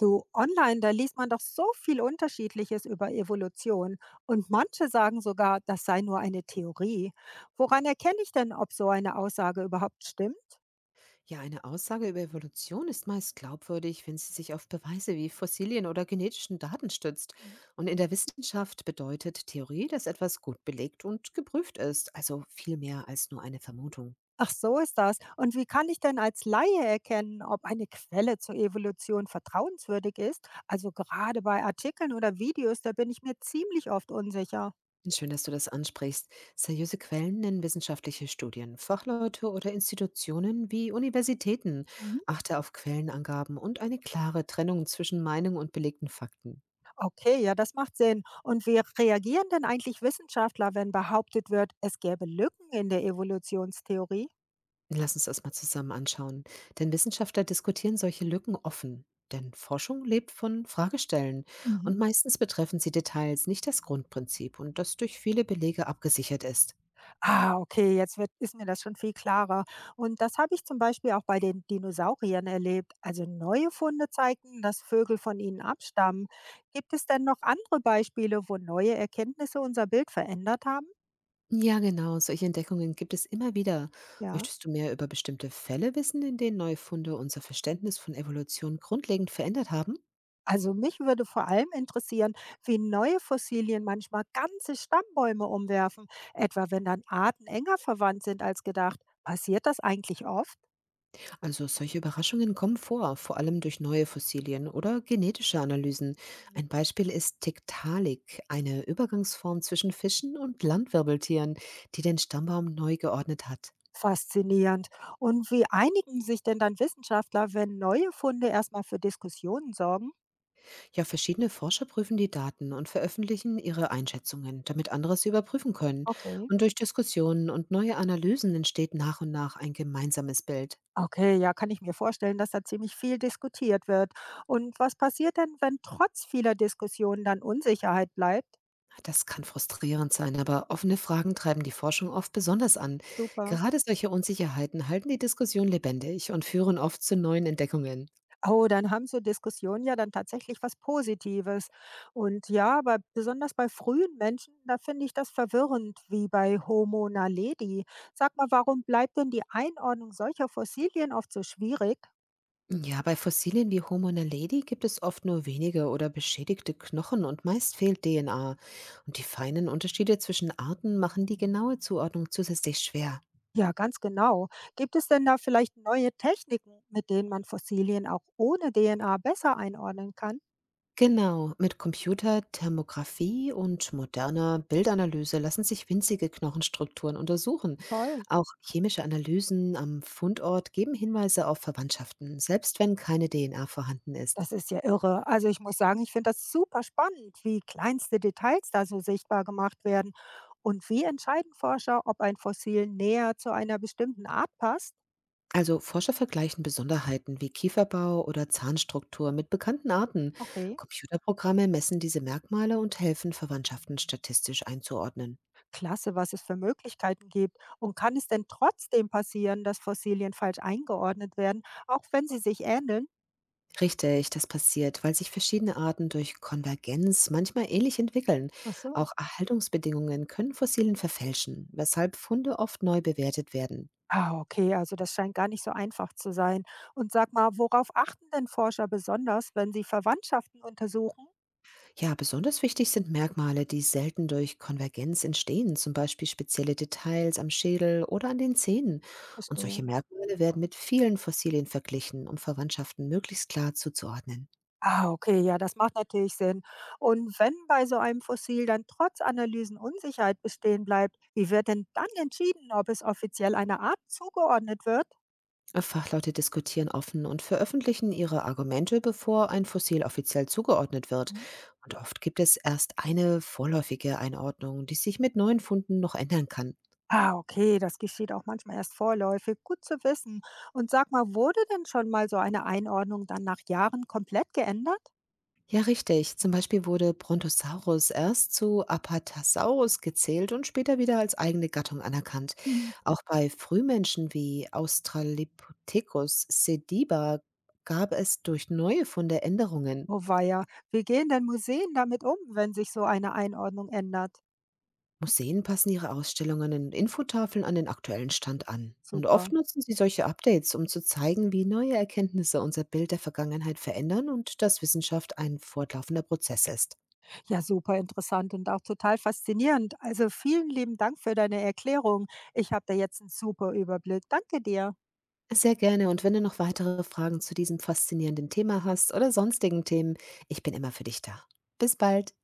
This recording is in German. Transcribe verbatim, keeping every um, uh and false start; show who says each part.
Speaker 1: Du, online, da liest man doch so viel Unterschiedliches über Evolution. Und manche sagen sogar, das sei nur eine Theorie. Woran erkenne ich denn, ob so eine Aussage überhaupt stimmt?
Speaker 2: Ja, eine Aussage über Evolution ist meist glaubwürdig, wenn sie sich auf Beweise wie Fossilien oder genetischen Daten stützt.
Speaker 1: Mhm.
Speaker 2: Und in der Wissenschaft bedeutet Theorie, dass etwas gut belegt und geprüft ist, also viel mehr als nur eine Vermutung.
Speaker 1: Ach, so ist das. Und wie kann ich denn als Laie erkennen, ob eine Quelle zur Evolution vertrauenswürdig ist? Also gerade bei Artikeln oder Videos, da bin ich mir ziemlich oft unsicher.
Speaker 2: Schön, dass du das ansprichst. Seriöse Quellen nennen wissenschaftliche Studien, Fachleute oder Institutionen wie Universitäten.
Speaker 1: Mhm.
Speaker 2: Achte auf Quellenangaben und eine klare Trennung zwischen Meinung und belegten Fakten.
Speaker 1: Okay, ja, das macht Sinn. Und wie reagieren denn eigentlich Wissenschaftler, wenn behauptet wird, es gäbe Lücken in der Evolutionstheorie?
Speaker 2: Lass uns das mal zusammen anschauen. Denn Wissenschaftler diskutieren solche Lücken offen. Denn Forschung lebt von Fragestellen.
Speaker 1: Mhm.
Speaker 2: Und meistens betreffen sie Details, nicht das Grundprinzip und das durch viele Belege abgesichert ist.
Speaker 1: Ah, okay, jetzt wird, ist mir das schon viel klarer. Und das habe ich zum Beispiel auch bei den Dinosauriern erlebt. Also neue Funde zeigten, dass Vögel von ihnen abstammen. Gibt es denn noch andere Beispiele, wo neue Erkenntnisse unser Bild verändert haben?
Speaker 2: Ja, genau, solche Entdeckungen gibt es immer wieder.
Speaker 1: Ja.
Speaker 2: Möchtest du mehr über bestimmte Fälle wissen, in denen Neufunde unser Verständnis von Evolution grundlegend verändert haben?
Speaker 1: Also mich würde vor allem interessieren, wie neue Fossilien manchmal ganze Stammbäume umwerfen, etwa wenn dann Arten enger verwandt sind als gedacht. Passiert das eigentlich oft?
Speaker 2: Also solche Überraschungen kommen vor, vor allem durch neue Fossilien oder genetische Analysen. Ein Beispiel ist Tiktaalik, eine Übergangsform zwischen Fischen und Landwirbeltieren, die den Stammbaum neu geordnet hat.
Speaker 1: Faszinierend. Und wie einigen sich denn dann Wissenschaftler, wenn neue Funde erstmal für Diskussionen sorgen?
Speaker 2: Ja, verschiedene Forscher prüfen die Daten und veröffentlichen ihre Einschätzungen, damit andere sie überprüfen können.
Speaker 1: Okay.
Speaker 2: Und durch Diskussionen und neue Analysen entsteht nach und nach ein gemeinsames Bild.
Speaker 1: Okay, ja, kann ich mir vorstellen, dass da ziemlich viel diskutiert wird. Und was passiert denn, wenn trotz vieler Diskussionen dann Unsicherheit bleibt?
Speaker 2: Das kann frustrierend sein, aber offene Fragen treiben die Forschung oft besonders an.
Speaker 1: Super.
Speaker 2: Gerade solche Unsicherheiten halten die Diskussion lebendig und führen oft zu neuen Entdeckungen.
Speaker 1: Oh, dann haben so Diskussionen ja dann tatsächlich was Positives. Und ja, aber besonders bei frühen Menschen, da finde ich das verwirrend, wie bei Homo naledi. Sag mal, warum bleibt denn die Einordnung solcher Fossilien oft so schwierig?
Speaker 2: Ja, bei Fossilien wie Homo naledi gibt es oft nur wenige oder beschädigte Knochen und meist fehlt D N A. Und die feinen Unterschiede zwischen Arten machen die genaue Zuordnung zusätzlich schwer.
Speaker 1: Ja, ganz genau. Gibt es denn da vielleicht neue Techniken, mit denen man Fossilien auch ohne D N A besser einordnen kann?
Speaker 2: Genau, mit Computertomographie und moderner Bildanalyse lassen sich winzige Knochenstrukturen untersuchen.
Speaker 1: Toll.
Speaker 2: Auch chemische Analysen am Fundort geben Hinweise auf Verwandtschaften, selbst wenn keine D N A vorhanden ist.
Speaker 1: Das ist ja irre. Also ich muss sagen, ich finde das super spannend, wie kleinste Details da so sichtbar gemacht werden. Und wie entscheiden Forscher, ob ein Fossil näher zu einer bestimmten Art passt?
Speaker 2: Also Forscher vergleichen Besonderheiten wie Kieferbau oder Zahnstruktur mit bekannten Arten.
Speaker 1: Okay,
Speaker 2: Computerprogramme messen diese Merkmale und helfen, Verwandtschaften statistisch einzuordnen.
Speaker 1: klasse, was es für Möglichkeiten gibt. Und kann es denn trotzdem passieren, dass Fossilien falsch eingeordnet werden, auch wenn sie sich ähneln?
Speaker 2: Richtig, das passiert, weil sich verschiedene Arten durch Konvergenz manchmal ähnlich entwickeln.
Speaker 1: Ach so.
Speaker 2: Auch Erhaltungsbedingungen können Fossilien verfälschen, weshalb Funde oft neu bewertet werden.
Speaker 1: Ah, okay, also das scheint gar nicht so einfach zu sein. Und sag mal, worauf achten denn Forscher besonders, wenn sie Verwandtschaften untersuchen?
Speaker 2: Ja, besonders wichtig sind Merkmale, die selten durch Konvergenz entstehen, zum Beispiel spezielle Details am Schädel oder an den Zähnen. Und solche
Speaker 1: Verstehe.
Speaker 2: Merkmale werden mit vielen Fossilien verglichen, um Verwandtschaften möglichst klar zuzuordnen.
Speaker 1: Ah, okay, ja, das macht natürlich Sinn. Und wenn bei so einem Fossil dann trotz Analysen Unsicherheit bestehen bleibt, wie wird denn dann entschieden, ob es offiziell einer Art zugeordnet wird?
Speaker 2: Fachleute diskutieren offen und veröffentlichen ihre Argumente, bevor ein Fossil offiziell zugeordnet wird.
Speaker 1: Mhm.
Speaker 2: Und oft gibt es erst eine vorläufige Einordnung, die sich mit neuen Funden noch ändern kann.
Speaker 1: Ah, okay, das geschieht auch manchmal erst vorläufig. Gut zu wissen. Und sag mal, wurde denn schon mal so eine Einordnung dann nach Jahren komplett geändert?
Speaker 2: Ja, richtig. Zum Beispiel wurde Brontosaurus erst zu Apatosaurus gezählt und später wieder als eigene Gattung anerkannt.
Speaker 1: Mhm.
Speaker 2: Auch bei Frühmenschen wie Australopithecus sediba gab es durch neue Funde Änderungen.
Speaker 1: Oh weia, wie gehen denn Museen damit um, wenn sich so eine Einordnung ändert?
Speaker 2: Museen passen ihre Ausstellungen und Infotafeln an den aktuellen Stand an. Und
Speaker 1: Super.
Speaker 2: oft nutzen sie solche Updates, um zu zeigen, wie neue Erkenntnisse unser Bild der Vergangenheit verändern und dass Wissenschaft ein fortlaufender Prozess ist.
Speaker 1: Ja, super interessant und auch total faszinierend. Also vielen lieben Dank für deine Erklärung. Ich habe da jetzt einen super Überblick. Danke dir.
Speaker 2: Sehr gerne und wenn du noch weitere Fragen zu diesem faszinierenden Thema hast oder sonstigen Themen, ich bin immer für dich da. Bis bald.